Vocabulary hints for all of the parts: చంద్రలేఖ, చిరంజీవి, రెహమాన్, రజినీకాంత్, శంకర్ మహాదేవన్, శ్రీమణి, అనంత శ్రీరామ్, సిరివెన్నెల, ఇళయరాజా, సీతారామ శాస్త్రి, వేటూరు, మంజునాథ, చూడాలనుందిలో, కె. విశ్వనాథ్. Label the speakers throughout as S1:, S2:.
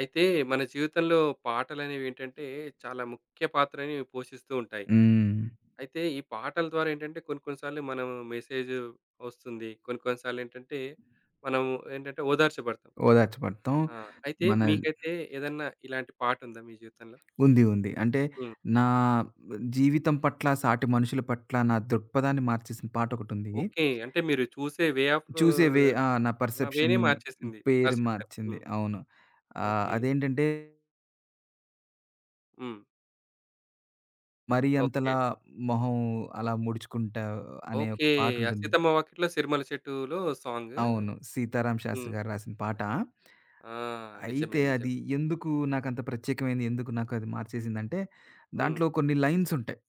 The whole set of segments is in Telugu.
S1: అయితే మన జీవితంలో పాటలనేవి ఏంటంటే చాలా ముఖ్య పాత్రని పోషిస్తూ ఉంటాయి.
S2: హ్మ్.
S1: అయితే ఈ పాటల ద్వారా ఏంటంటే కొన్ని కొన్ని సార్లు మనం మెసేజ్ వస్తుంది. కొన్ని కొన్ని సార్లు ఏంటంటే మనం ఏంటంటే ఓదార్చబడతాం.
S2: ఓదార్చబడతాం.
S1: ఆ! అయితే
S2: మన
S1: మీకైతే ఏదన్నా ఇలాంటి పాటుందా మీ జీవితంలో?
S2: ఉంది. ఉంది. అంటే
S1: హ్మ్.
S2: నా జీవితం పట్ల, సాటి మనుషుల పట్ల నా దృక్పథాన్ని మార్చేసిన పాటొకటుంది.
S1: ఓకే. అంటే మీరు చూసే వే ఆఫ్
S2: చూసే వే ఆ! నా
S1: ఆ!
S2: పర్సెప్షన్
S1: వేనే మార్చేసింది.
S2: పేరు
S1: పర్సెప్షన్.
S2: మార్చింది.
S1: హ్మ్.
S2: అవును.
S1: ఓకే.
S2: అదేంటంటే,
S1: హ్మ్.
S2: మరీ
S1: ఓకే
S2: అంతలా
S1: అండి.
S2: మొహం అలా ముడుచుకుంటా అనే ఒక
S1: ఓకే. ఆ
S2: పాటుంటుంది.
S1: 'సీతమ్మ వాకిట్లో సిరిమల్లె చెట్టులో' సాంగ్.
S2: అవును. సీతారాం శాస్త్రి
S1: హ్మ్.
S2: గారు రాసిన పాట.
S1: ఆ! నిజమే.
S2: అయితే
S1: నిజమే.
S2: అది ఎందుకు నాకంత ప్రత్యేకమైంది, ఎందుకు నాకది మార్చేసిందంటే,
S1: హ్మ్.
S2: దాంట్లో కొన్ని లైన్సుంటాయి.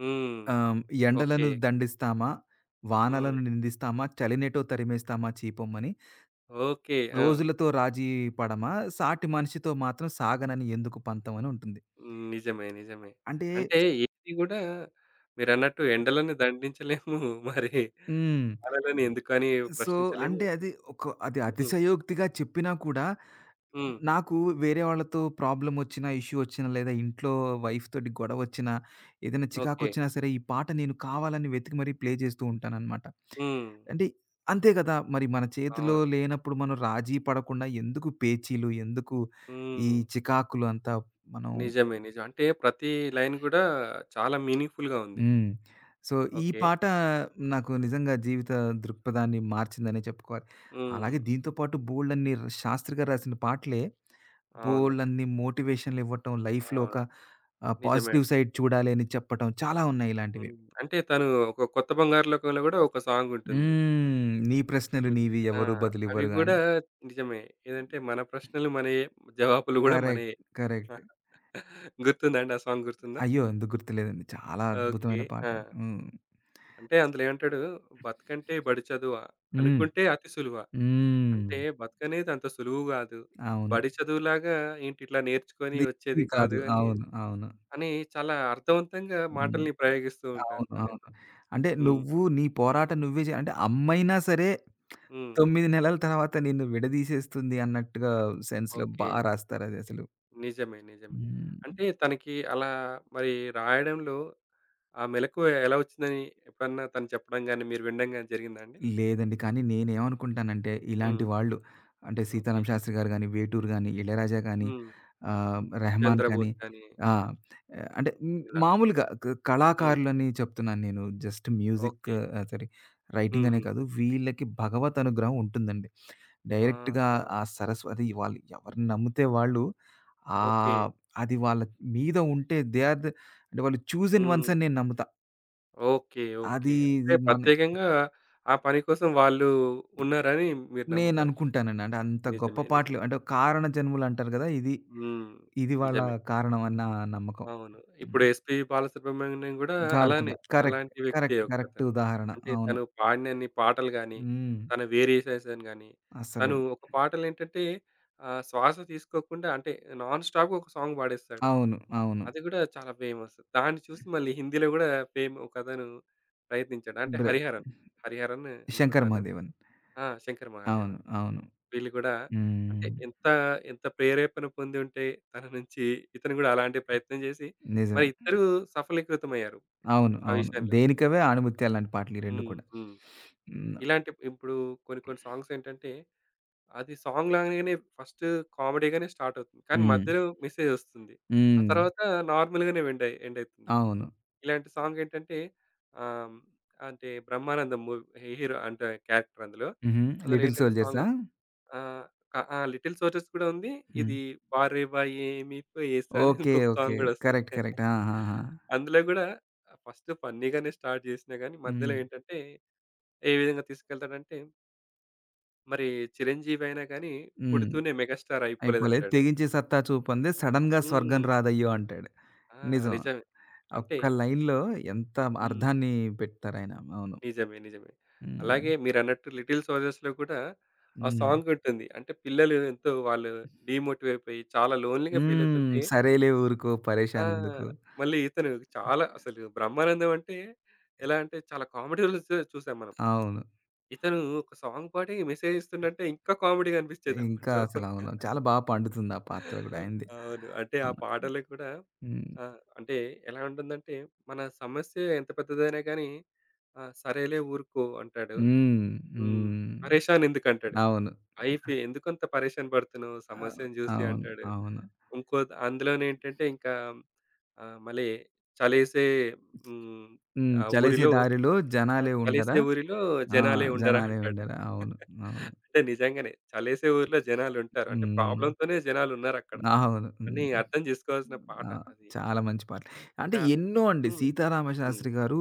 S1: హ్మ్.
S2: ఆహ్, ఎండలను
S1: ఓకే.
S2: దండిస్తామా,
S1: హ్మ్.
S2: వానలను నిందిస్తామా, చలినేటో తరిమేస్తామా చీపొమ్మని,
S1: ఓకే. ఆ!
S2: రోజులతో రాజీ పడమా, సాటి మనిషితో మాత్రం సాగనని ఎందుకు పంతం అని ఉంటుంది.
S1: హ్మ్. నిజమే. నిజమే.
S2: అంటే
S1: అంటే ఏది గూడా మీరన్నట్టు ఎండలను దండించలేము. మరి
S2: హ్మ్.
S1: అలలని ఎందుకని
S2: సో,
S1: ప్రశ్నించలేము.
S2: అంటే అది
S1: హ్మ్.
S2: అతిశయోక్తిగా చెప్పినా కూడా
S1: హ్మ్.
S2: నాకు వేరే వాళ్ళతో ప్రాబ్లమొచ్చినా, ఇష్యూ ఒచ్చినా, లేదా ఇంట్లో వైఫ్‌తోటి గొడవొచ్చినా, ఏదైనా
S1: ఓకే.
S2: చికాకొచ్చినా సరే, ఈ పాట నేను కావాలని వెతికి మరీ ప్లే చేస్తూ ఉంటాననమాట.
S1: హ్మ్.
S2: అంటే అంతే గదా! మరి మన చేతిలో
S1: అవును.
S2: లేనప్పుడు మనం రాజీ పడకుండా ఎందుకు పేచీలు, ఎందుకు ఈ
S1: హ్మ్.
S2: చికాకులు అంతా మనం.
S1: నిజమే. నిజం. అంటే ప్రతి లైన్ గూడా చాలా మీనింగ్‌ఫుల్‌గా ఉంది.
S2: హ్మ్. సో, ఈ
S1: ఓకే.
S2: పాట నాకు నిజంగా జీవిత దృక్పథాన్ని మార్చిందనే చెప్పుకోవాలి.
S1: హ్మ్.
S2: అలాగే దీంతో పాటు బోలెడన్ని శాస్త్రి గారు రాసిన పాటలే
S1: అవును.
S2: బోలెడన్ని మోటివేషన్‌లు ఇవ్వటం, లైఫ్‌లో
S1: అవును.
S2: ఒక
S1: నిజమే
S2: పాజిటివ్
S1: అండి.
S2: సైడ్ చూడాలి అని చెప్పటం చాలా ఉన్నాయి ఇలాంటివి.
S1: హ్మ్. అంటే తను ఒక 'కొత్త బంగారు లోకంలో' గూడా ఒక సాంగుంటుంది.
S2: హ్మ్. నీ ప్రశ్నలు
S1: ఓకే.
S2: నీవి
S1: ఆ!
S2: ఎవరు
S1: అవి
S2: బదులివ్వరు గాని.
S1: గూడా నిజమే. ఏదంటే మన ప్రశ్నలు మనయే. జవాబులు గూడా
S2: కరెక్ట్.
S1: మనయే.
S2: కరెక్ట్.
S1: గుర్తుందా అండి? ఆ సాంగ్ గుర్తుందా?
S2: అయ్యో! ఎందుకు గుర్తులేదండి. చాలా
S1: ఓకే.
S2: అద్భుతమైన పాట
S1: ఆ!
S2: అది. హ్మ్.
S1: అంటే అందులో ఏమంటాడు? "బతుకంటే బడి చదువా?
S2: హ్మ్.
S1: అనుకుంటే అతి సులువా?
S2: హ్మ్.
S1: అంటే బతుకనేది అంత సులువు గాదు.
S2: అవును.
S1: బడి చదువులాగా ఏంటి ఇట్లా నేర్చుకొని
S2: ఇది ఈజీ
S1: వచ్చేది
S2: కాదు.
S1: కాదు" అని,
S2: అవును. అవును.
S1: అని చాలా అర్థవంతంగా
S2: హ్మ్.
S1: మాటల్ని ప్రయోగిస్తూ ఉంటారు
S2: అవును. అవును.
S1: తనైతే.
S2: అంటే
S1: హ్మ్.
S2: నువ్వు నీ పోరాటం నువ్వే అంటే అమ్మయినా సరే
S1: హ్మ్.
S2: 9 నెలల తర్వాత నిన్ను విడదీసేస్తుంది అన్నట్టుగా సెన్స్‌లో బా
S1: ఓకే.
S2: రాస్తారదసలు.
S1: నిజమే. నిజమే.
S2: హ్మ్.
S1: అంటే తనకి అలా మరి రాయడంలో ఆ మెలకువ ఎలా వచ్చిందని ఎప్పుడన్నా తను చెప్పడం గాని, మీరు వినడం గాని జరిగిందా అండి?
S2: లేదండి. కానీ నేనేమనుకుంటానంటే, ఇలాంటి
S1: హ్మ్.
S2: వాళ్ళు అంటే
S1: ఓకే.
S2: 'సీతారామ శాస్త్రి' గారు గాని, 'వేటూరు' గాని, 'ఇళయరాజా' గాని,
S1: హ్మ్.
S2: 'రెహమాన్' కానీ
S1: 'చంద్రబోస్' గాని
S2: ఆ!
S1: ఇలా.
S2: మామూలుగా
S1: హ్మ్.
S2: కళాకారులని చెప్తున్నాను నేను. Just music.
S1: Okay.
S2: Sorry, writing
S1: హ్మ్.
S2: అనే
S1: హ్మ్.
S2: కాదు. వీళ్ళకి భగవత్ అనుగ్రహం ఉంటుందండి. డైరెక్ట్‌గా
S1: ఆహా!
S2: ఆ సరస్వతి వాళ్ళు ఎవరిని నమ్మితే వాళ్ళు
S1: ఓకే.
S2: ఆహ్, అది వాళ్ళ మీద ఉంటే దే ఆర్ ద అంటే వాళ్ళు చూసన్ వన్స్
S1: హ్మ్.
S2: అని నేను నమ్ముతా.
S1: ఓకే.
S2: అది
S1: ఓకే. అంటే
S2: ఇది మన
S1: ప్రత్యేకంగా ఆ పని కోసం వాళ్ళు ఉన్నారని మీరు నమ్ముతారు.
S2: నేననుకుంటానండి. అంటే అంత గొప్ప
S1: నిజమే.
S2: పాటలు
S1: నిజమే.
S2: అంటే కారణ జన్ములంటారు గదా! ఇది,
S1: హ్మ్.
S2: ఇది వాళ్ళ
S1: నిజమే.
S2: కారణం అని నా నమ్మకం.
S1: అవును. ఇప్పుడు
S2: హ్మ్.
S1: 'ఎస్‌పీ బాలసుబ్రహ్మణ్యం' గూడా
S2: 'గారకుడ'
S1: అలానే.
S2: కరెక్ట్.
S1: అలాంటి వ్యక్తే
S2: కరెక్ట్. కరెక్ట్
S1: ఒకతను.
S2: ఉదాహరణ.
S1: అంటే
S2: అవును.
S1: తను పాడినన్ని పాటలు గానీ,
S2: హ్మ్.
S1: తన వేరియేషన్స్ గానీ,
S2: అసలు.
S1: తను ఒక పాటలేంటంటే శ్వాస తీసుకోకుండా అంటే నాన్ స్టాప్‌గా ఒక సాంగ్ పాడేస్తాడు.
S2: అవును. అవును.
S1: అది గూడా చాలా ఫేమస్. దాన్ని చూసి మళ్ళీ హిందీలో గూడా ఫేమ్ ఒకతను ప్రయత్నించాడు. అంటే
S2: బ్రె
S1: 'హరిహరన్'. 'హరిహరన్'
S2: 'శంకర్
S1: అనుకుంటాను.
S2: మహాదేవన్.'
S1: ఆ! 'శంకర్
S2: అవును.
S1: మహాదేవన్.'
S2: అవును.
S1: వీళ్ళు గూడా అంటే
S2: హ్మ్.
S1: ఎంత, ఎంత ప్రేరేపణ పొంది ఉంటే తన నుంచి ఇతను గూడా అలాంటి ప్రయత్నం జేసి, మరి
S2: నిజమే.
S1: ఇద్దరూ సఫలీకృతమయ్యారు
S2: అవును.
S1: ఆ
S2: అవును.
S1: విషయంలో.
S2: 'దేనికవే', 'ఆణిముత్యాలు' లాంటి పాటలు ఈ 2
S1: హ్మ్.
S2: కూడా.
S1: హ్మ్.
S2: హ్మ్.
S1: ఇలాంటి ఇప్పుడు కొన్ని కొన్ని సాంగ్స్ ఏంటంటే, అది సాంగ్ లాగానే ఫస్ట్ కామెడీగానే స్టార్ట్ అవుతుంది. కానీ
S2: హ్మ్.
S1: మధ్యలో మెసేజ్ ఒస్తుంది. ఆ
S2: హ్మ్.
S1: తర్వాత నార్మల్‌గానే ఎండయి ఎండయితుంది.
S2: అవును.
S1: ఇలాంటి సాంగ్ ఏంటంటే ఆహ్, అంటే బ్రహ్మానందం మూవీ హీరో అంటే క్యారెక్టర్ అందులో.
S2: హుహు.
S1: అందులో
S2: 'లిటిల్
S1: ఏంటంటే సాంగ్
S2: సోల్జర్సా'?
S1: ఆహ్, క ఆ! 'లిటిల్ సోల్జర్స్' కూడా ఉంది.
S2: హ్మ్.
S1: ఇది 'వారేవా ఏమి ప్లేస్' అని
S2: ఓకే.
S1: ఇంకొక
S2: ఓకే.
S1: సాంగ్ కూడా వస్తది.
S2: కరెక్ట్. కరెక్ట్. ఆ! ఆ! ఆ!
S1: అందులో కూడా ఫస్ట్ ఫన్నీగానే స్టార్ట్ చేసినా గానీ, మధ్యలో
S2: హ్మ్.
S1: ఏంటంటే ఏ విధంగా తీసుకెళ్తాడంటే, మరి 'చిరంజీవి' అయినా గానీ
S2: హ్మ్.
S1: పుడుతూనే మెగాస్టార్
S2: అయిపోలేదు.
S1: అయిపోలేదంటాడు.
S2: తెగించి సత్తా చూపుంది. సడెన్‌గా స్వర్గం
S1: హ్మ్.
S2: రాదయ్యో అంటాడు.
S1: ఆ!
S2: నిజం.
S1: నిజమే. అంటే
S2: ఒక్క లైన్‌లో ఎంత
S1: హ్మ్.
S2: అర్థాన్ని పెడతారాయన. అవును.
S1: నిజమే. నిజమే.
S2: హ్మ్.
S1: అలాగే మీరన్నట్టు 'లిటిల్ సోల్జర్స్‌లో' కూడా ఆ
S2: హ్మ్.
S1: సాంగ్ ఉంటుంది. అంటే పిల్లలు ఎంతో వాళ్ళు డీమోటివ్ అయిపోయి చాలా లోన్లీగా ఫీల్
S2: హ్మ్.
S1: అవుతుంటే
S2: సరేలే ఊరుకో
S1: ఆ!
S2: పరేషాన్ ఎందుకు.
S1: మళ్ళీ ఇతను చాలా అసలు 'బ్రహ్మానందం' అంటే ఎలా అంటే చాలా కామెడీ రోల్స్ చూసాం మనం.
S2: అవును.
S1: ఇతను ఒక సాంగ్ పాడి మెసేజ్ ఇస్తుండంటే ఇంకా కామెడీగా అనిపించేది
S2: ఇంకా
S1: అప్పట్లో.
S2: అసలు అవును. చాలా బా పండుతుంది ఆ పాత్ర గూడా ఆయనది.
S1: అవును. అంటే ఆ
S2: అవును.
S1: పాటలు కూడా
S2: హ్మ్.
S1: అంటే ఎలా ఉంటుందంటే మన సమస్య ఎంత పెద్దదైనా గానీ సరేలే ఊరుకో అంటాడు.
S2: హ్మ్.
S1: హ్మ్.
S2: హ్మ్.
S1: పరేషాన్ ఎందుకంటాడు.
S2: అవును.
S1: "అయిపే ఎందుకంత పరేషాన్ పడుతున్నావు
S2: అవ్
S1: సమస్యను చూసి"
S2: అవును.
S1: అంటాడు.
S2: అవును.
S1: ఇంకో అందులోనేంటంటే ఇంకా మళ్ళీ చలేసే హ్మ్.
S2: హ్మ్.
S1: ఆ
S2: చలేసే
S1: ఊరిలో
S2: దారిలో జనాలే ఉండరా?
S1: చలేసే ఊరిలో
S2: ఆ!
S1: జనాలే ఉండరా
S2: జనాలే
S1: అంటాడు.
S2: ఉండరా? అవును. అవును.
S1: అంటే నిజంగానే చలేసే ఊరిలో జనాలుంటారు. అంటే
S2: హ్మ్.
S1: ప్రాబ్లమ్‌తోనే జనాలున్నారక్కడ.
S2: అవును.
S1: అని
S2: హ్మ్.
S1: అర్థం చేసుకోవాల్సిన
S2: ఆ!
S1: పాట అది.
S2: చాలా మంచి పాటలు. అంటే
S1: ఇంకా
S2: ఎన్నో అండి.
S1: హ్మ్. హ్మ్.
S2: సీతారామశాస్త్రి గారు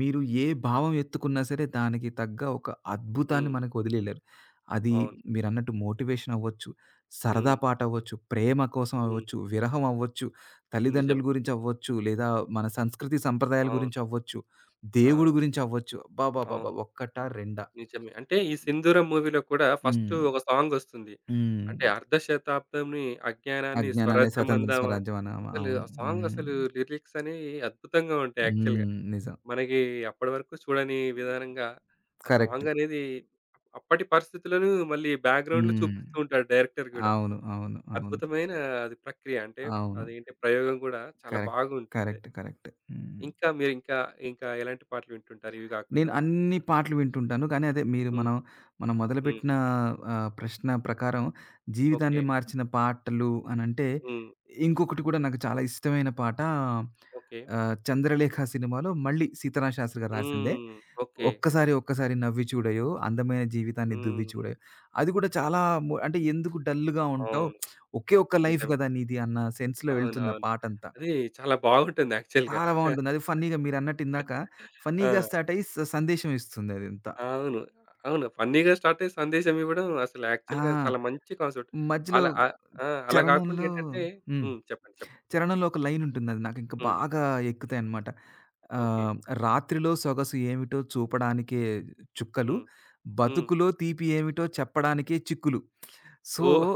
S2: మీరు ఏ భావం ఎత్తుకున్నా సరే దానికి తగ్గ ఒక అద్భుతాన్ని
S1: హ్మ్.
S2: మనకు వదిలెళ్లారు. అది
S1: అవును.
S2: మీరన్నట్టు మోటివేషన్ అవ్వచ్చు, సరదా
S1: హ్మ్.
S2: పాట అవ్వచ్చు, ప్రేమ కోసం
S1: హ్మ్.
S2: అవ్వచ్చు, విరహం అవ్వచ్చు, తల్లిదండ్రుల
S1: నిజమే.
S2: గురించి అవ్వచ్చు, లేదా మన సంస్కృతి సంప్రదాయాల
S1: అవును.
S2: గురించి అవ్వచ్చు, దేవుడి
S1: ఆ!
S2: గురించి అవ్వచ్చు.
S1: అవును.
S2: అబ్బబ్బబ్బబ్బా! ఒక్కటా? రెండా?
S1: నిజమే. అంటే ఈ 'సింధూరం' మూవీలో కూడా ఫస్ట్
S2: హ్మ్.
S1: ఒక సాంగొస్తుంది.
S2: హ్మ్.
S1: అంటే అర్ధ శతాబ్దంని అజ్ఞానాన్ని
S2: అజ్ఞానాన్ని
S1: స్వరాజ్యం
S2: స్వతంత్రం
S1: అందామా
S2: స్వరాజ్యం అన్నామా?
S1: అసలు
S2: అవును.
S1: ఆ సాంగ్
S2: హ్మ్.
S1: అసలు లిరిక్స్ అనేవి అద్భుతంగా ఉంటాయి యాక్చువల్‌గా.
S2: హ్మ్. నిజం.
S1: మనకి అప్పటి వరకు చూడని విధానంగా ఆ
S2: కరెక్ట్.
S1: సాంగ్ అనేది అప్పటి పరిస్థితులను మళ్ళీ బ్యాక్‌గ్రౌండ్‌లో
S2: హ్మ్.
S1: చూపిస్తూ ఉంటాడు డైరెక్టర్ గూడా.
S2: అవును. అవును. అవును.
S1: అద్భుతమైన అది ప్రక్రియ. అంటే
S2: అవును.
S1: అదేంటి ప్రయోగం గూడా చాలా
S2: కరెక్ట్.
S1: బాగుంటుండే.
S2: కరెక్ట్. కరెక్ట్. హ్మ్.
S1: ఇంకా మీరు ఇంకా ఇంకా ఎలాంటి పాటలు వింటుంటారు ఇవి
S2: నేను
S1: గాకుండా?
S2: అన్ని పాటలు వింటుంటాను. కానీ అదే మీరు
S1: హ్మ్.
S2: మనం మనం
S1: హ్మ్.
S2: మొదలుపెట్టిన ప్రశ్న ప్రకారం
S1: ఓకే.
S2: జీవితాన్ని మార్చిన పాటలు అనంటే
S1: హ్మ్.
S2: ఇంకొకటి కూడా నాకు చాలా ఇష్టమైన పాట.
S1: ఓకే.
S2: 'చంద్రలేఖ' సినిమాలో మళ్ళీ సీతారామశాస్త్రి గారు రాసిందే.
S1: హ్మ్. ఓకే.
S2: ఒక్కసారి, ఒక్కసారి నవ్వి చూడయో, అందమైన జీవితాన్ని దువ్వి
S1: హ్మ్.
S2: చూడయో. అది కూడా చాలా అంటే ఎందుకు డల్‌గా ఉంటావు?
S1: అవును.
S2: ఒకే ఒక్క లైఫ్
S1: నిజమే.
S2: కదా నీది అన్న సెన్స్‌లో వెళ్తుంది ఆ
S1: అవునవును.
S2: పాటంతా.
S1: అది చాలా బాగుంటుంది యాక్చువల్‌గా.
S2: చాలా బావుంటుంది. అది ఫన్నీగా మీరన్నట్టు ఇందాక ఫన్నీగా
S1: ఆ!
S2: స్టార్ట్ అయ్యి సందేశం ఇస్తుంది అదంతా.
S1: అవును. అవును. ఫన్నీగా స్టార్ట్ అయ్యి సందేశం ఇవ్వడం అసలు యాక్చువల్‌గా
S2: ఆ!
S1: చాలా మంచి కాన్సెప్ట్.
S2: మధ్యలో
S1: అలా ఆ! అలా కాకుండా
S2: చరణంలో.
S1: ఏంటంటే
S2: హ్మ్.
S1: హ్మ్. చెప్పండి. చెప్పండి.
S2: చరణంలో ఒక లైన్ ఉంటుంది. అది నాకు ఇంకా
S1: హ్మ్.
S2: బాగా ఎక్కుతాయన్నమాట.
S1: ఓకే.
S2: ఆహ్, రాత్రిలో సొగసు ఏమిటో చూపడానికే చుక్కలు.
S1: హ్మ్. హ్మ్.
S2: బతుకులో తీపి ఏమిటో చెప్పడానికే చిక్కులు. So,
S1: oh!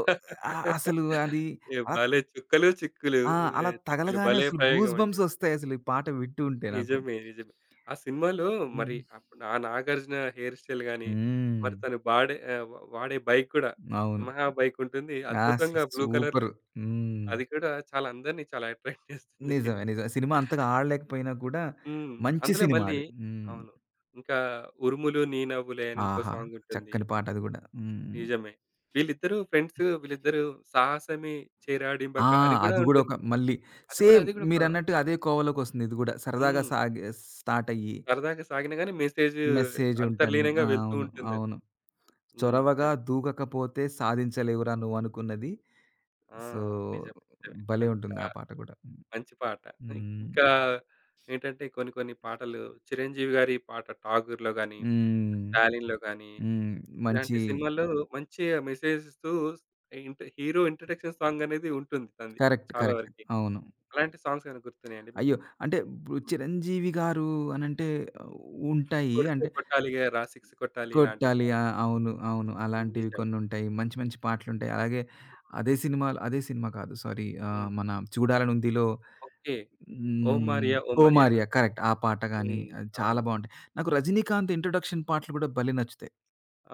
S2: అసలు అది
S1: ఏ
S2: అలా.
S1: భలే చుక్కలు, చిక్కులు.
S2: ఆ!
S1: ఓహ్!
S2: అలా
S1: చిక్కులు
S2: తగలగానే
S1: భలే
S2: అసలు గూస్
S1: ప్రయోగం అండి.
S2: బంప్స్ ఒస్తాయి అసలు ఈ పాట వింటూ ఉంటే నాకు.
S1: నిజమే. నిజమే. ఆ సినిమాలో
S2: హ్మ్.
S1: మరి అప్పుడు ఆ 'నాగార్జున' హెయిర్ స్టైల్ గాని,
S2: హ్మ్.
S1: మరి తను వాడే వాడే బైక్ కూడా
S2: అవును.
S1: యమహా బైక్ ఉంటుంది.
S2: అసలు
S1: అద్భుతంగా బ్లూ
S2: సూపరు.
S1: కలర్‌లో
S2: హ్మ్.
S1: అది కూడా చాలా అందరిని చాలా అట్రాక్ట్ చేస్తుంది.
S2: నిజమే. నిజమే. సినిమా అంతగా ఆడలేకపోయినా కూడా
S1: హ్మ్.
S2: మంచి
S1: అందులో
S2: సినిమా
S1: మళ్ళీ
S2: అది. హ్మ్.
S1: అవును. ఇంకా 'ఉరుములు నీ నవ్వులే' అని ఇంకో
S2: ఆహా!
S1: సాంగ్ ఉంటుంది.
S2: చక్కని పాటది గూడా. హ్మ్.
S1: నిజమే. వీళ్ళిద్దరూ ఫ్రెండ్స్ వీళ్ళిద్దరూ 'సాహసమే
S2: ఆ!
S1: చేరాడింబక' అని కూడా
S2: అది గూడా ఒక
S1: ఉంటుంది.
S2: మళ్ళీ
S1: అది కూడా
S2: సేమ్
S1: అది కూడా ఒక
S2: మీరన్నట్టు అదే కోవలోకొస్తుంది ఇది గూడా. సరదాగా
S1: హ్మ్.
S2: సాగే స్టార్టయ్యి
S1: సరదాగా సాగినా గాని మెసేజ్
S2: మెసేజుంటుంది. ఆ!
S1: అంతర్లీనంగా వెళ్తూ
S2: అవును.
S1: ఉంటుంది.
S2: అవును.
S1: హ్మ్.
S2: చొరవగా
S1: నిజం.
S2: దూకకపోతే సాధించలేవురా నువ్వనుకున్నది.
S1: ఆ!
S2: సో,
S1: నిజమే. నిజమే.
S2: భలే
S1: అంత
S2: ఉంటుంది ఆ పాట గూడా.
S1: మంచి పాట. ఇం
S2: హ్మ్.
S1: ఇంకా ఏంటంటే కొన్ని కొన్ని పాటలు 'చిరంజీవి' గారి పాట 'ఠాగూర్'లో గాని,
S2: హ్మ్.
S1: 'స్టాలిన్'లో గాని
S2: హ్మ్. మంచి.
S1: ఇలాంటి సినిమాల్లో మంచి మెసేజ్ ఇస్తూ ఇంట్ హీరో ఇంట్రడక్షన్ సాంగ్ అనేది ఉంటుంది తనది
S2: కరెక్ట్.
S1: చాలా
S2: కరెక్ట్.
S1: వరకి.
S2: అవును.
S1: అలాంటి సాంగ్స్ ఏమైనా గుర్తున్నాయండి
S2: అయ్యో!
S1: మీకు?
S2: అంటే ఇప్పుడు
S1: హ్మ్.
S2: 'చిరంజీవి' గారు అనంటే ఉంటాయి.
S1: 'కొడితే
S2: అంటే
S1: కొట్టాలిగారా సిక్స్ కొట్టాలి' ఇలాంటి
S2: కొట్టాలి.
S1: సాంగ్.
S2: ఆ! అవును. అవును. అలాంటివి
S1: నిజమే.
S2: కొన్నుంటాయి. మంచి మంచి పాటలుంటాయి. అలాగే
S1: హ్మ్.
S2: అదే సినిమా కాదు, సారీ.
S1: హ్మ్.
S2: మన 'చూడాలనుందిలో'.
S1: ఓకే. 'ఓ
S2: హ్మ్.
S1: మారియా ఓ
S2: 'ఓ
S1: మారియా' అని.
S2: Maria' correct. ఆ పాట గాని
S1: హ్మ్.
S2: అది చాలా
S1: అవును.
S2: బావుంటాయి. నాకు 'రజినీకాంత్' ఇంట్రొడక్షన్ పాటలు గూడా భలే నచ్చుతాయి.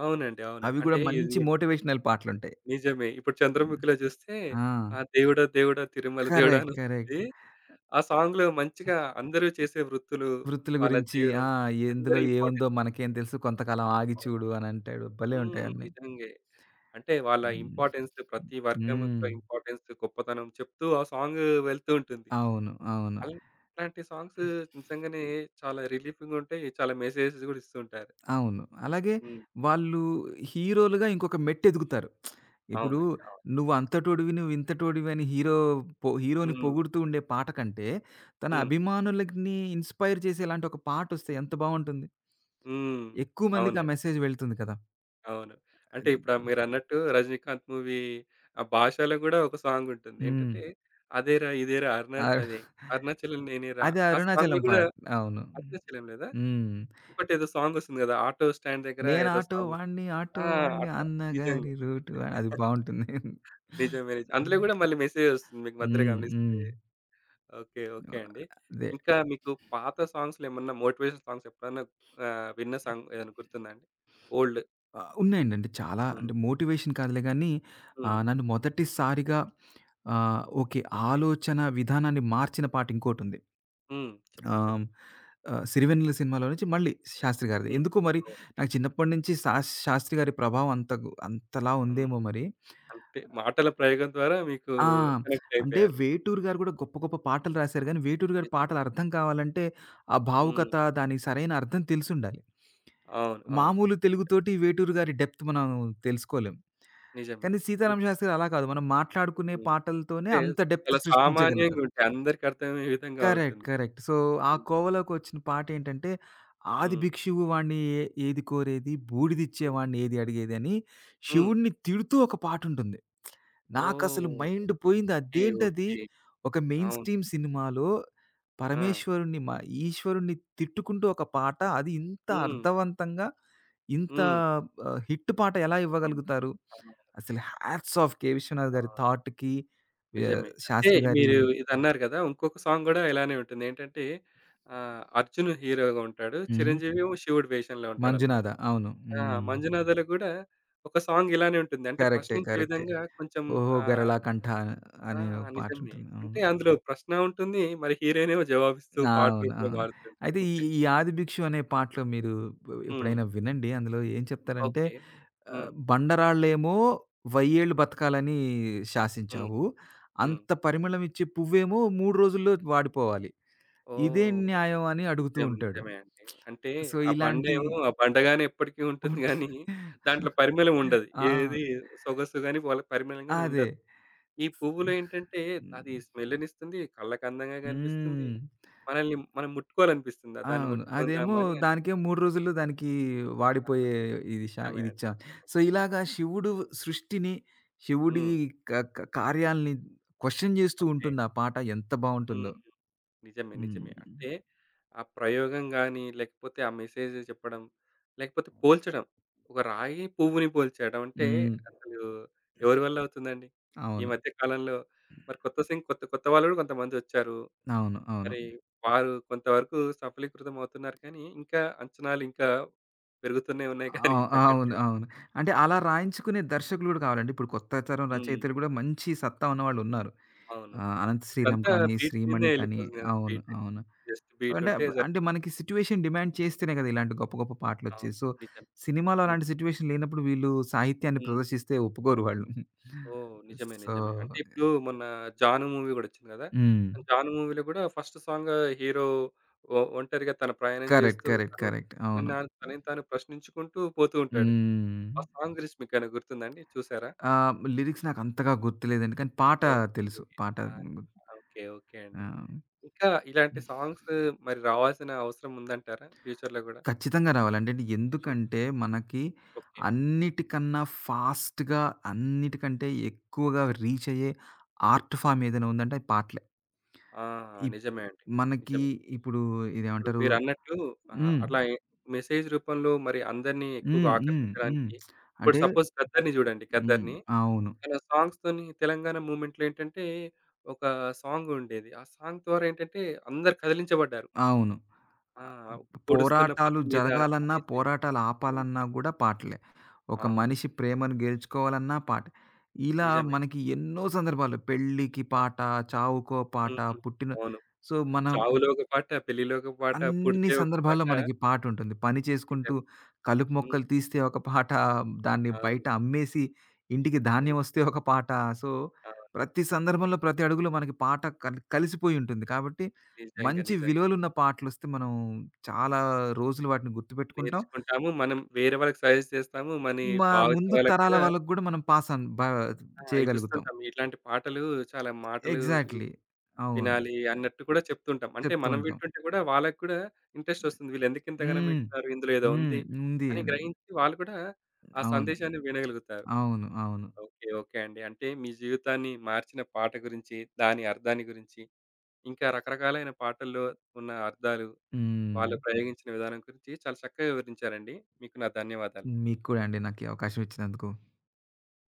S1: అవునండి. అవును.
S2: అవి గూడా
S1: అంటే ఇది
S2: మంచి
S1: కూడా
S2: మోటివేషనల్ పాటలుంటాయి.
S1: నిజమే. ఇప్పుడు 'చంద్రముఖిలో' చూస్తే
S2: ఆ!
S1: ఆ! దేవుడా! దేవుడా! తిరుమల దేవుడా!
S2: కరెక్ట్. కరెక్ట్.
S1: అనొస్తుంది. ఆ సాంగ్‌లో మంచిగా అందరూ చేసే వృత్తులు,
S2: వృత్తుల
S1: వాళ్ళ
S2: గురించి.
S1: జీవనం
S2: ఆ! ఎందులో
S1: అందరి
S2: ఏముందో
S1: ఇంపార్టెన్స్
S2: మనకేం తెలుసు, కొంతకాలం ఆగి చూడు అనంటాడు. భలే
S1: హ్మ్.
S2: ఉంటాయన్నీ.
S1: నిజంగే. అంటే వాళ్ళ
S2: హ్మ్.
S1: ఇంపార్టెన్స్ ప్రతి వర్గం యొక్క
S2: హ్మ్.
S1: ఇంపార్టెన్స్, గొప్పతనం చెప్తూ ఆ సాంగ్ వెళ్తూ ఉంటుంది.
S2: అవును. అవును.
S1: అలా అలాంటి సాంగ్స్ నిజంగానే చాలా రిలీఫింగ్‌గా ఉంటాయి. చాలా మెసేజెస్ కూడా ఇస్తూ ఉంటారు.
S2: అవును. అలాగే
S1: హ్మ్.
S2: వాళ్ళు హీరోలుగా ఇంకొక మెట్టెదుగుతారు. ఇప్పుడు
S1: అవునండి. అవును.
S2: "నువ్వు అంతటోడివి, నువ్వు ఇంతటోడివి" అని హీరో హీరోని
S1: హ్మ్.
S2: పొగుడుతూ ఉండే పాట కంటే, తన
S1: హ్మ్.
S2: అభిమానులని ఇన్‌స్పైర్ చేసేలాంటి ఒక పాటొస్తే ఎంత బావుంటుంది.
S1: హ్మ్.
S2: ఎక్కువ మందికి ఆ
S1: అవునండి.
S2: మెసేజ్ వెళ్తుంది కదా!
S1: అవును. అంటే
S2: అది.
S1: ఇప్పుడు మీరన్నట్టు 'రజనీకాంత్' మూవీ ఆ భాషలో గూడా ఒక సాంగ్ ఉంటుంది.
S2: హ్మ్.
S1: ఏంటంటే, అదేరా ఇదేరా అరుణ
S2: అర్
S1: అదే అరుణాచలం నేనేరా
S2: అది
S1: ఆ సాంగ్‌లో
S2: అరుణాచలం
S1: గూడా
S2: పాట. అవును.
S1: అరుణాచలం లేదా?
S2: హ్మ్.
S1: ఇంకోటేదో సాంగ్ వస్తుంది గదా! ఆటో స్టాండ్ దగ్గర ఏదో
S2: "నేనాటో
S1: సాంగ్
S2: వాడిని, ఆటో
S1: ఆ!
S2: వాడిని
S1: ఆటో నిజంగా.
S2: అన్నగారి రూటు". అది బావుంటుంది.
S1: నిజమే. నిజం. అందులో
S2: హ్మ్.
S1: గూడా మళ్ళీ మెసేజ్ వస్తుంది మీకు మధ్యలో
S2: హ్మ్.
S1: గమనిస్తే.
S2: హ్మ్.
S1: ఓకే. ఓకే అండి.
S2: అదే.
S1: ఇంకా మీకు పాత సాంగ్స్‌లో ఏమన్నా మోటివేషన్ సాంగ్స్ ఎప్పుడన్నా విన్న సాంగ్ ఏదైనా గుర్తుందా అండి? ఓల్డ్.
S2: ఆ! ఉన్నాయండి. అంటే చాలా
S1: హ్మ్.
S2: అంటే మోటివేషన్ కాదులే గానీ
S1: హ్మ్.
S2: నన్ను మొదటిసారిగా ఓకే,
S1: ఓకే.
S2: ఆలోచన విధానాన్ని మార్చిన పాట ఇంకోటుంది.
S1: హ్మ్. చెప్పండి.
S2: ఆహ్,
S1: చెప్పండి.
S2: ఆహ్, 'సిరివెన్నెల' సినిమాలో నుంచి మళ్ళీ శాస్త్రి గారిది.
S1: హ్మ్.
S2: ఎందుకో మరి నాకు చిన్నప్పటి నుంచి శాస్త్రి గారి ప్రభావం అంత అంతలా
S1: హ్మ్.
S2: ఉందేమో మరి.
S1: అంతే. మాటల ప్రయోగం ద్వారా మీకు
S2: ఆ!
S1: కనెక్ట్
S2: అంటే
S1: అయిపోయారు.
S2: వేటూరు గారు గూడా గొప్ప గొప్ప పాటలు రాశారు గానీ, వేటూరు గారి
S1: నిజమే.
S2: పాటలు అర్థం కావాలంటే ఆ
S1: హ్మ్.
S2: భావుకత దానికి సరైన అర్థం తెలిసుండాలి.
S1: అవును. అవును.
S2: మామూలు తెలుగుతోటి వేటూరు గారి డెప్త్ మనం తెలుసుకోలేం.
S1: నిజమే.
S2: కానీ 'సీతారామ
S1: ఇప్
S2: శాస్త్రి' గారు అలా కాదు. మనం మాట్లాడుకునే
S1: హ్మ్.
S2: పాటలతోనే
S1: అంటే
S2: అంత డెప్త్
S1: చాలా సామాన్యంగా
S2: సృష్టించగలుగుతారు.
S1: ఉంటాయి. అందరికి అర్థమయ్యే విధంగా
S2: కరెక్ట్.
S1: ఉంటుంది.
S2: కరెక్ట్. సో, ఆ
S1: హ్మ్.
S2: కోవలోకొచ్చిన పాటేంటంటే,
S1: హ్మ్.
S2: ఆదిభిక్షువు వాడిని ఏది కోరేది,
S1: హ్మ్.
S2: బూడిదిచ్చేవాడిని ఏది అడిగేదని
S1: హ్మ్.
S2: శివుడిని తిడుతూ ఒక పాటుంటుంది. నాకసలు
S1: ఓహ్!
S2: మైండ్ పోయింది.
S1: ఓకే.
S2: అదేంటది?
S1: ఓకే.
S2: ఒక మెయిన్
S1: అవును.
S2: స్ట్రీమ్ సినిమాలో
S1: ఆ!
S2: పరమేశ్వరుడిని ఈశ్వరుడిని తిట్టుకుంటూ ఒక పాట. అది ఇంత
S1: హ్మ్.
S2: అర్థవంతంగా, ఇంత
S1: హ్మ్.
S2: హిట్ పాట ఎలా
S1: హ్మ్.
S2: ఇవ్వగలుగుతారు?
S1: అవును.
S2: అసలు హ్యాట్స్ ఆఫ్ 'కె. విశ్వనాథ్' గారి
S1: అవును.
S2: థాట్‌కి,
S1: నిజమే. అంటే
S2: శాస్త్రి గారి.
S1: మీరు ఇదన్నారు కదా! ఇంకొక సాంగ్ గూడా ఇలానే ఉంటుంది. ఏంటంటే 'అర్జున్' హీరోగా ఉంటాడు.
S2: హ్మ్.
S1: చిరంజీవేమో శివుడి వేషంలో ఉంటాడన్నమాట.
S2: 'మంజునాథ' అవును.
S1: ఆ!
S2: హ్మ్.
S1: 'మంజునాథలో' గూడా ఒక సాంగ్ ఇలానే ఉంటుంది. అంటే
S2: కరెక్టే.
S1: ప్రశ్నించే
S2: కరెక్టే.
S1: విధంగా కొంచెం
S2: 'ఓహో!
S1: ఆహ్,
S2: గరళా కంఠ'
S1: ఆ!
S2: అనే ఒక
S1: నిజమే.
S2: పాటుంటుంది.
S1: అంటే
S2: అవును.
S1: అందులో ప్రశ్న ఉంటుంది. మరి హీరోయినేమో జవాబిస్తూ పాట
S2: అవును.
S1: రూపంలో
S2: అవును.
S1: పాడుతుంది.
S2: అయితే ఈ ఈ 'ఆదిభిక్షు' అనే పాటలో మీరు
S1: హ్మ్.
S2: ఎప్పుడైనా వినండి. అందులో ఏం చెప్తారంటే
S1: ఓకే. హ్మ్.
S2: బండరాళ్ళేమో వయ్యేళ్ళు బతకాలని
S1: హ్మ్.
S2: శాసించావు.
S1: హ్మ్.
S2: అంత పరిమళం ఇచ్చే పువ్వేమో 3 రోజుల్లో వాడిపోవాలి. ఇదేం
S1: ఓహ్!
S2: న్యాయం అని అడుగుతూ
S1: నిజం.
S2: ఉంటాడు.
S1: నిజమే అండి. అంటే
S2: సో,
S1: ఆ
S2: ఇలాంటి.
S1: బండేమో ఆ బండగానే ఎప్పటికీ ఉంటుంది
S2: ఉంట్
S1: గానీ, దాంట్లో పరిమళం ఉండదు.
S2: ఆ!
S1: ఏది సొగసు గాని, వాళ్ళ పరిమళం గాని
S2: అదే.
S1: ఉండదు. ఈ పువ్వులో ఏంటంటే అది
S2: హ్మ్.
S1: స్మెల్‌నిస్తుంది, కళ్ళకి అందంగా కనిపిస్తుంది.
S2: హ్మ్.
S1: మనల్ని మనం ముట్టుకోవాలనిపిస్తుందా? దాన్ని
S2: అవును. అదేమో
S1: ముట్టుకుందామా అని అన్
S2: దానికేమో 3 రోజుల్లో దానికి
S1: ఆ!
S2: వాడిపోయే ఇది
S1: నిజమే అండి.
S2: ఇదిచ్చాం.
S1: నిజమే.
S2: సో, ఇలాగా శివుడు సృష్టిని, శివుడి
S1: హ్మ్.
S2: క క కార్యాలని క్వెషన్ జేస్తూ
S1: ఓకే.
S2: ఉంటుంది ఆ పాట. ఎంత
S1: హ్మ్.
S2: బావుంటుందో.
S1: నిజమే. నిజమే.
S2: హ్మ్.
S1: అంటే ఆ ప్రయోగం గాని, లేకపోతే ఆ మెసేజ్ చెప్పడం, లేకపోతే పోల్చడం. ఒక రాయి పువ్వుని పోల్చడం అంటే
S2: హ్మ్.
S1: అసలు ఎవరి వల్ల అవుతుందండి? ఈ
S2: అవును.
S1: మధ్య కాలంలో మరి కొత్త సింగ్ కొత్త కొత్త వాళ్ళు కూడా కొంతమందొచ్చారు.
S2: అవును. అవును.
S1: మరి వారు కొంతవరకు సఫలీకృతం అవుతున్నారు కానీ, ఇంకా అంచనాలు ఇంకా పెరుగుతూనే ఉన్నాయి కానీ
S2: అవును.
S1: తగ్గట్లేదు.
S2: అవును. అంటే అలా రాయించుకునే దర్శకులు గూడా కావాలండి. ఇప్పుడు కొత్త తరం
S1: హ్మ్.
S2: రచయితలు గూడా మంచి సత్తా ఉన్నవాళ్ళున్నారు.
S1: అవును.
S2: అనంత శ్రీరామ్
S1: ఇప్పుడంతా
S2: కానీ,
S1: బీట్
S2: శ్రీమణి
S1: మీదనే
S2: కానీ.
S1: ఎళ్ళిపోతుంది గదా!
S2: అవును.
S1: బీటే.
S2: అవును.
S1: జస్ట్ బీట్
S2: అంటే
S1: ఉంటే
S2: అప్పుడు, అంటే
S1: సరిపోతుంది.
S2: మనకి సిట్యుయేషన్ డిమాండ్ చేస్తేనే కదా! ఇలాంటి గొప్ప గొప్ప
S1: అవును.
S2: పాటలొచ్చేయి. సో,
S1: నిజం.
S2: సినిమాలో అలాంటి
S1: నిజం.
S2: సిట్యుయేషన్ లేనప్పుడు వీళ్ళు సాహిత్యాన్ని
S1: హ్మ్.
S2: ప్రదర్శిస్తే ఒప్పుకోరు వాళ్ళు.
S1: ఓహ్! నిజమే.
S2: సో.
S1: నిజమే. అంటే ఇప్పుడు మొన్న 'జాను' మూవీ గూడా ఒచ్చింది గదా!
S2: హ్మ్.
S1: 'జాను' మూవీలో గూడా ఫస్ట్ సాంగ్ హీరో ఒ ఒంటరిగా తన ప్రయాణం
S2: కరెక్ట్.
S1: జేస్తూ
S2: కరెక్ట్.
S1: తను
S2: కరెక్ట్.
S1: తనని
S2: అవును.
S1: తాను తనని తాను ప్రశ్నించుకుంటూ పోతూ ఉంటాడు.
S2: హ్మ్.
S1: ఆ సాంగ్ గురించి మీకేమైనా గుర్తుందాండి? చూసారా?
S2: లిరిక్స్ నాకంతగా గుర్తులేదండి. కానీ పాట తెలుసు.
S1: ఓకే.
S2: పాట
S1: ఆ!
S2: గు-
S1: ఓకే. ఓకే
S2: ఆ!
S1: అండి. ఇంకా ఇలాంటి సాంగ్స్ మరి రావాల్సిన అవసరం ఉందంటారా ఫ్యూచర్‌లో గూడా?
S2: ఖచ్చితంగా రావాలండి. అంటే
S1: హ్మ్.
S2: ఎందుకంటే మనకి
S1: ఓకే.
S2: అన్నిటికన్నా ఫాస్ట్‌గా అన్నిటికంటే ఎక్కువగా రీచ్ అయ్యే ఆర్ట్ ఫార్మ్ ఏదైనా
S1: హ్మ్.
S2: ఉందంటే అది పాటలే.
S1: ఆ!
S2: ఇప్
S1: నిజమే అండి.
S2: మనకి
S1: నిజమే.
S2: ఇప్పుడు
S1: ఇప్పుడు
S2: ఇదేమంటారు
S1: మీరన్నట్టు
S2: హ్మ్.
S1: అట్లా ఎ మెసేజ్ రూపంలో మరి అందరిని ఎక్కువగా
S2: హ్మ్. హ్మ్. హ్మ్.
S1: ఆకర్షించడానికి ఇప్పుడు
S2: అంటే.
S1: సపోజ్ 'గద్దర్‌ని' చూడండి
S2: హ్మ్.
S1: 'గద్దర్‌ని.'
S2: అవును.
S1: తన సాంగ్స్‌తోని తెలంగాణ మూవ్‌మెంట్‌లో ఏంటంటే ఒక సాంగ్ ఉండేది. ఆ సాంగ్ ద్వారా ఏంటంటే అందరూ కదిలించబడ్డారు.
S2: అవును.
S1: ఆ!
S2: ఆహ్,
S1: పొడుస్తున్న
S2: పోరాటాలు
S1: పొద్దు మీద
S2: జరగాలన్నా,
S1: అనేసి
S2: పోరాటాలు
S1: హ్మ్.
S2: ఆపాలన్నా గూడా పాటలే. ఒక
S1: అవును.
S2: మనిషి ప్రేమను గెలుచుకోవాలన్నా పాటే. ఇలా
S1: నిజమే.
S2: మనకి ఎన్నో సందర్భాలు, పెళ్ళికి
S1: అవ్
S2: పాట, చావుకో పాట,
S1: హ్మ్.
S2: పుట్టిన.
S1: అవును.
S2: సో, మనం
S1: చావులో ఒక పాట, పెళ్లిలో ఒక పాట,
S2: అన్ని
S1: పుడితే ఒక
S2: సందర్భాల్లో
S1: పాట.
S2: మనకి పాటుంటుంది. పని చేసుకుంటూ
S1: నిజం.
S2: కలుపు
S1: హ్మ్.
S2: మొక్కలు తీస్తే ఒక పాట, దాన్ని బయట
S1: అవును.
S2: అమ్మేసి ఇంటికి
S1: హ్మ్.
S2: ధాన్యం వస్తే ఒక పాట. సో,
S1: అవును.
S2: ప్రతి
S1: హ్మ్.
S2: సందర్భంలో, ప్రతి అడుగులో మనకి పాట కలిసిపోయి ఉంటుంది. కాబట్టి
S1: నిజంగా.
S2: మంచి
S1: నిజంగా.
S2: విలువలున్న పాటలొస్తే మనం చాలా రోజులు వాటిని గుర్తుపెట్టుకుంటాం.
S1: నేర్చుకుంటాము. మనం వేరే వాళ్ళకి సజెస్ట్ చేస్తాము. మనీ
S2: మా ముందు
S1: భావితరాలకు
S2: తరాల
S1: కూడా
S2: వాళ్ళకి గూడా మనం పాస్ ఆన్
S1: ఆ!
S2: చేయగలుగుతాం.
S1: ఇవిస్తుంటాం. ఇట్లాంటి పాటలు చాలా మాటలు
S2: ఎగ్జాక్ట్‌లీ. అవును.
S1: వినాలి అన్నట్టు కూడా చెప్తుంటాం. అంటే
S2: చెప్తూ
S1: మనం
S2: ఉంటాం.
S1: వింటుంటే కూడా వాళ్ళకి కూడా ఇంట్రెస్ట్ వస్తుంది. వీళ్ళు ఎందుకు ఇంతగనం
S2: హ్మ్.
S1: వింటున్నారు? ఇందులో ఏదో
S2: హ్మ్.
S1: ఉంది
S2: ఉంది
S1: అని
S2: అని.
S1: గ్రహించి వాళ్ళు కూడా ఆ
S2: అవును.
S1: సందేశాన్ని వినగలుగుతారు.
S2: అవును. అవును.
S1: ఓకే. ఓకే అండి. అంటే మీ జీవితాన్ని మార్చిన పాట గురించి, దాని అర్థాన్ని గురించి, ఇంకా రకరకాలైన పాటల్లో ఉన్న అర్థాలు,
S2: హ్మ్.
S1: వాళ్ళు ప్రయోగించిన విధానం గురించి చాలా చక్కగా వివరించారండి. మీకు నా ధన్యవాదాలు.
S2: మీకు కూడా అండి నాకు ఈ అవకాశం ఇచ్చినందుకు.